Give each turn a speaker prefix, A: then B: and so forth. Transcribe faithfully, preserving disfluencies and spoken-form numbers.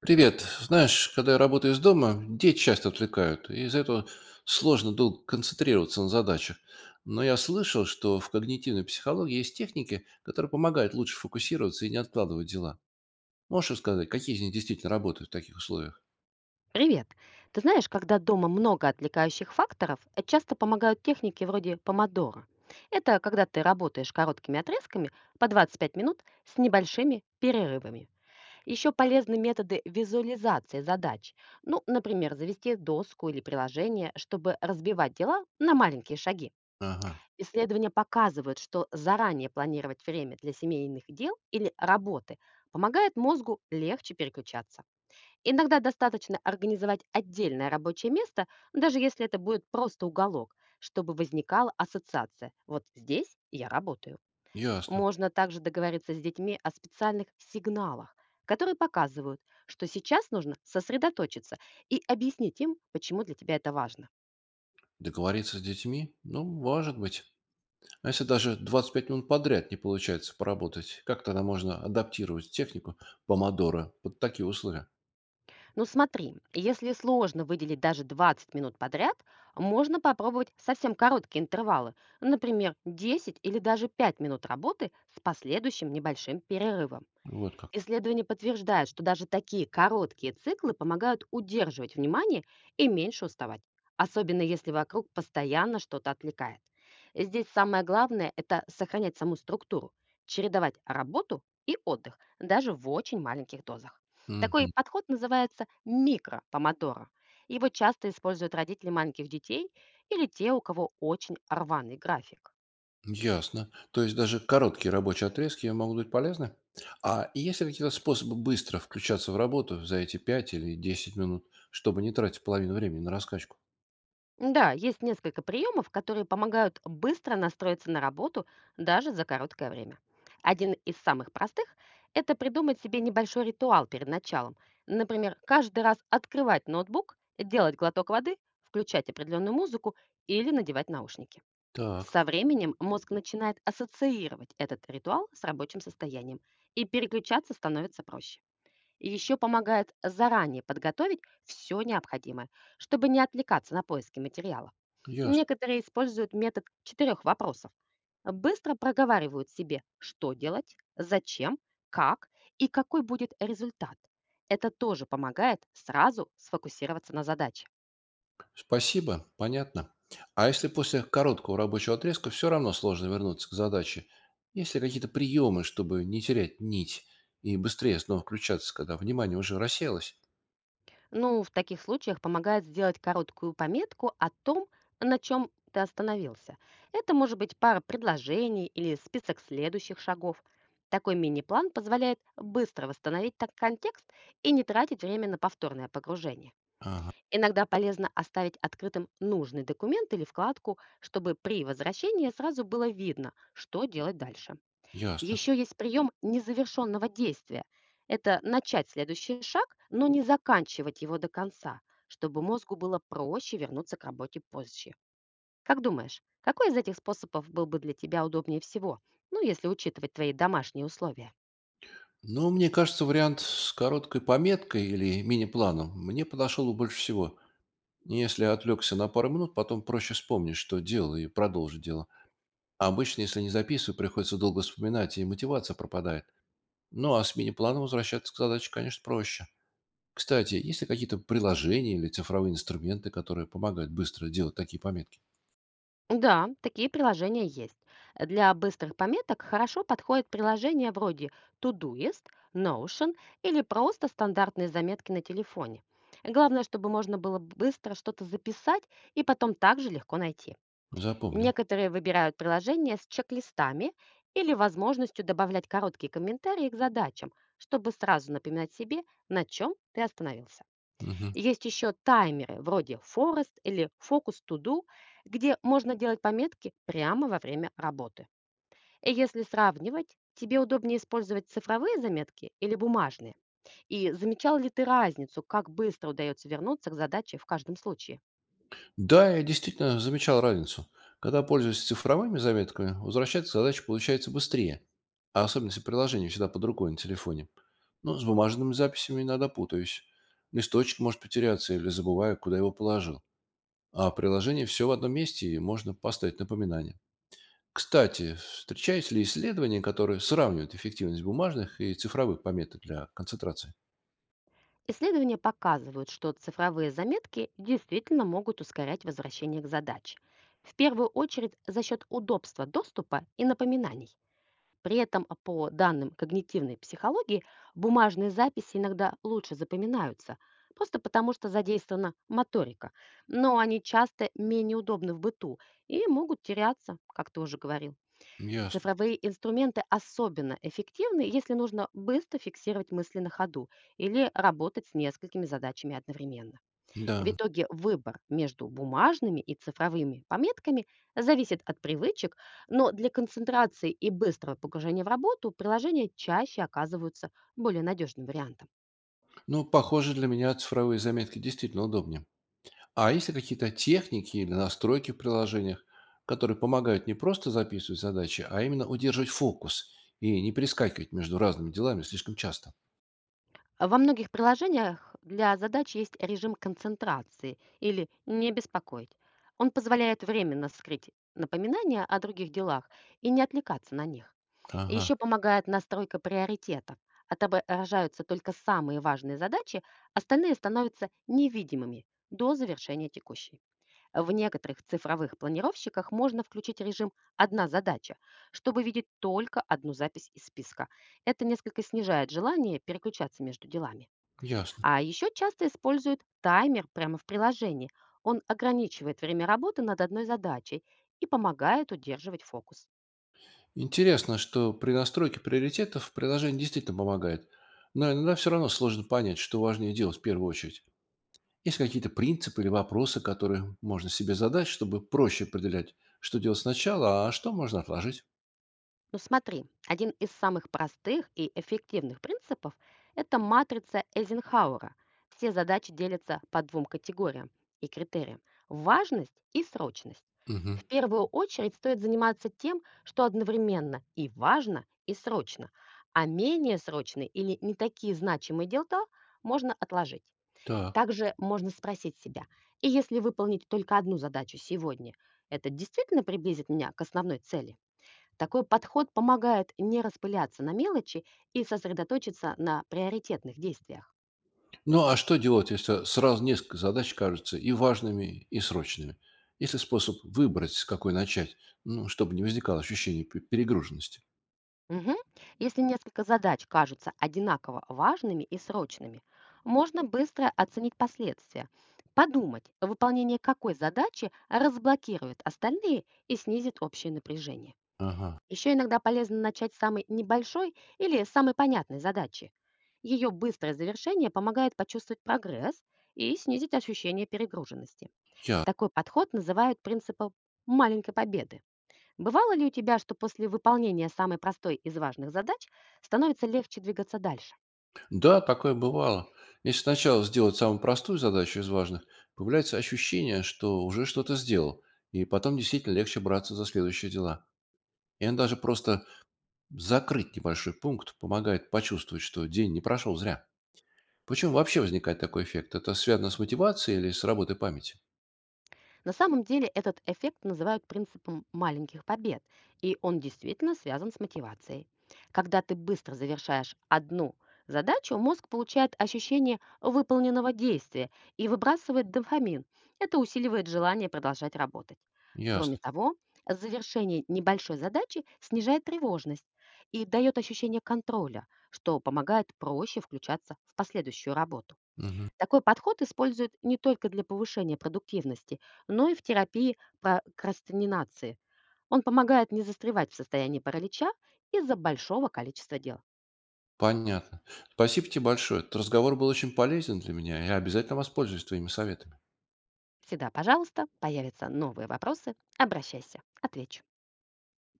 A: Привет. Знаешь, когда я работаю из дома, дети часто отвлекают, и из-за этого сложно долго концентрироваться на задачах. Но я слышал, что в когнитивной психологии есть техники, которые помогают лучше фокусироваться и не откладывать дела. Можешь рассказать, какие из них действительно работают в таких условиях?
B: Привет. Ты знаешь, когда дома много отвлекающих факторов, э, часто помогают техники вроде помодора. Это когда ты работаешь короткими отрезками по двадцать пять минут с небольшими перерывами. Еще полезны методы визуализации задач. Ну, например, завести доску или приложение, чтобы разбивать дела на маленькие шаги.
A: Ага,
B: Исследования показывают, что заранее планировать время для семейных дел или работы помогает мозгу легче переключаться. Иногда достаточно организовать отдельное рабочее место, даже если это будет просто уголок, чтобы возникала ассоциация. Вот здесь я работаю.
A: ясно.
B: Можно также договориться с детьми о специальных сигналах, которые показывают, что сейчас нужно сосредоточиться, и объяснить им, почему для тебя это важно.
A: Договориться с детьми? Ну, может быть. А если даже двадцать пять минут подряд не получается поработать, как тогда можно адаптировать технику помодора под такие условия?
B: Ну смотри, если сложно выделить даже двадцать минут подряд, можно попробовать совсем короткие интервалы, например, десять или даже пять минут работы с последующим небольшим перерывом.
A: Вот как.
B: Исследования подтверждают, что даже такие короткие циклы помогают удерживать внимание и меньше уставать, особенно если вокруг постоянно что-то отвлекает. Здесь самое главное — это сохранять саму структуру, чередовать работу и отдых, даже в очень маленьких дозах. Такой
A: Мгм.
B: подход называется микропомодоро. Его часто используют родители маленьких детей или те, у кого очень рваный график.
A: Ясно. То есть даже короткие рабочие отрезки могут быть полезны? А есть ли какие-то способы быстро включаться в работу за эти пять или десять минут, чтобы не тратить половину времени на раскачку?
B: Да, есть несколько приемов, которые помогают быстро настроиться на работу даже за короткое время. Один из самых простых — это придумать себе небольшой ритуал перед началом. Например, каждый раз открывать ноутбук, делать глоток воды, включать определенную музыку или надевать наушники.
A: Так,
B: Со временем мозг начинает ассоциировать этот ритуал с рабочим состоянием, и переключаться становится проще. И еще помогает заранее подготовить все необходимое, чтобы не отвлекаться на поиски материалов.
A: ясно.
B: Некоторые используют метод четырех вопросов. Быстро проговаривают себе, что делать, зачем, как и какой будет результат. Это тоже помогает сразу сфокусироваться на задаче.
A: Спасибо, понятно. А если после короткого рабочего отрезка все равно сложно вернуться к задаче, есть ли какие-то приемы, чтобы не терять нить и быстрее снова включаться, когда внимание уже рассеялось?
B: Ну, в таких случаях помогает сделать короткую пометку о том, на чем ты остановился. Это может быть пара предложений или список следующих шагов. Такой мини-план позволяет быстро восстановить так контекст и не тратить время на повторное погружение.
A: Ага,
B: Иногда полезно оставить открытым нужный документ или вкладку, чтобы при возвращении сразу было видно, что делать дальше.
A: ясно.
B: Еще есть прием незавершенного действия. Это начать следующий шаг, но не заканчивать его до конца, чтобы мозгу было проще вернуться к работе позже. Как думаешь, какой из этих способов был бы для тебя удобнее всего, ну, если учитывать твои домашние условия?
A: Ну, мне кажется, вариант с короткой пометкой или мини-планом мне подошел бы больше всего. Если отвлекся на пару минут, потом проще вспомнить, что делал, и продолжить дело. А обычно, если не записываю, приходится долго вспоминать, и мотивация пропадает. Ну, а с мини-планом возвращаться к задаче, конечно, проще. Кстати, есть ли какие-то приложения или цифровые инструменты, которые помогают быстро делать такие пометки?
B: Да, такие приложения есть. Для быстрых пометок хорошо подходят приложения вроде Todoist, Notion или просто стандартные заметки на телефоне. Главное, чтобы можно было быстро что-то записать и потом также легко найти.
A: Запомнил.
B: Некоторые выбирают приложения с чек-листами или возможностью добавлять короткие комментарии к задачам, чтобы сразу напоминать себе, на чем ты остановился.
A: Мгм.
B: Есть еще таймеры вроде Forest или Focus to Do, где можно делать пометки прямо во время работы. И если сравнивать, тебе удобнее использовать цифровые заметки или бумажные? И замечал ли ты разницу, как быстро удается вернуться к задаче в каждом случае?
A: Да, я действительно замечал разницу. Когда пользуюсь цифровыми заметками, возвращаться к задаче получается быстрее. А особенно, если приложение всегда под рукой на телефоне. Но с бумажными записями иногда путаюсь. Листочек может потеряться или забываю, куда его положил. А приложение все в одном месте, и можно поставить напоминание. Кстати, встречались ли исследования, которые сравнивают эффективность бумажных и цифровых пометок для концентрации?
B: Исследования показывают, что цифровые заметки действительно могут ускорять возвращение к задаче, в первую очередь за счет удобства доступа и напоминаний. При этом, а, по данным когнитивной психологии, бумажные записи иногда лучше запоминаются, просто потому что задействована моторика, но они часто менее удобны в быту и могут теряться, как ты уже говорил.
A: Ясно.
B: Цифровые инструменты особенно эффективны, если нужно быстро фиксировать мысли на ходу или работать с несколькими задачами одновременно.
A: Да.
B: В итоге выбор между бумажными и цифровыми пометками зависит от привычек, но для концентрации и быстрого погружения в работу приложения чаще оказываются более надежным вариантом.
A: Ну, похоже, для меня цифровые заметки действительно удобнее. А есть ли какие-то техники или настройки в приложениях, которые помогают не просто записывать задачи, а именно удерживать фокус и не перескакивать между разными делами слишком часто?
B: Во многих приложениях для задач есть режим концентрации или «не беспокоить». Он позволяет временно скрыть напоминания о других делах и не отвлекаться на них.
A: Ага,
B: Еще помогает настройка приоритетов. Отображаются только самые важные задачи, остальные становятся невидимыми до завершения текущей. В некоторых цифровых планировщиках можно включить режим «одна задача», чтобы видеть только одну запись из списка. Это несколько снижает желание переключаться между делами.
A: ясно.
B: А еще часто используют таймер прямо в приложении. Он ограничивает время работы над одной задачей и помогает удерживать фокус.
A: Интересно, что при настройке приоритетов приложение действительно помогает, но иногда все равно сложно понять, что важнее делать в первую очередь. Есть какие-то принципы или вопросы, которые можно себе задать, чтобы проще определять, что делать сначала, а что можно отложить?
B: Ну смотри, один из самых простых и эффективных принципов — это матрица Эйзенхауэра. Все задачи делятся по двум категориям и критериям — важность и срочность.
A: Угу.
B: В первую очередь стоит заниматься тем, что одновременно и важно, и срочно, а менее срочные или не такие значимые дела можно отложить.
A: Так.
B: Также можно спросить себя, и если выполнить только одну задачу сегодня, это действительно приблизит меня к основной цели? Такой подход помогает не распыляться на мелочи и сосредоточиться на приоритетных действиях.
A: Ну, а что делать, если сразу несколько задач кажутся и важными, и срочными? Есть ли способ выбрать, с какой начать, ну, чтобы не возникало ощущения пе- перегруженности?
B: Мгм. Если несколько задач кажутся одинаково важными и срочными, можно быстро оценить последствия, подумать, выполнение какой задачи разблокирует остальные и снизит общее напряжение.
A: Ага.
B: Еще иногда полезно начать с самой небольшой или самой понятной задачи. Ее быстрое завершение помогает почувствовать прогресс и снизить ощущение перегруженности.
A: Я.
B: Такой подход называют принципом маленькой победы. Бывало ли у тебя, что после выполнения самой простой из важных задач становится легче двигаться дальше?
A: Да, такое бывало. Если сначала сделать самую простую задачу из важных, появляется ощущение, что уже что-то сделал, и потом действительно легче браться за следующие дела. И он даже просто закрыть небольшой пункт помогает почувствовать, что день не прошел зря. Почему вообще возникает такой эффект? Это связано с мотивацией или с работой памяти?
B: На самом деле этот эффект называют принципом маленьких побед, и он действительно связан с мотивацией. Когда ты быстро завершаешь одну задачу, мозг получает ощущение выполненного действия и выбрасывает дофамин. Это усиливает желание продолжать работать. Кроме
A: Ясно.
B: того, завершение небольшой задачи снижает тревожность и дает ощущение контроля, что помогает проще включаться в последующую работу.
A: Мгм.
B: Такой подход используют не только для повышения продуктивности, но и в терапии прокрастинации. Он помогает не застревать в состоянии паралича из-за большого количества дел.
A: Понятно. Спасибо тебе большое. Этот разговор был очень полезен для меня. Я обязательно воспользуюсь твоими советами.
B: Всегда, пожалуйста, появятся новые вопросы, обращайся, отвечу.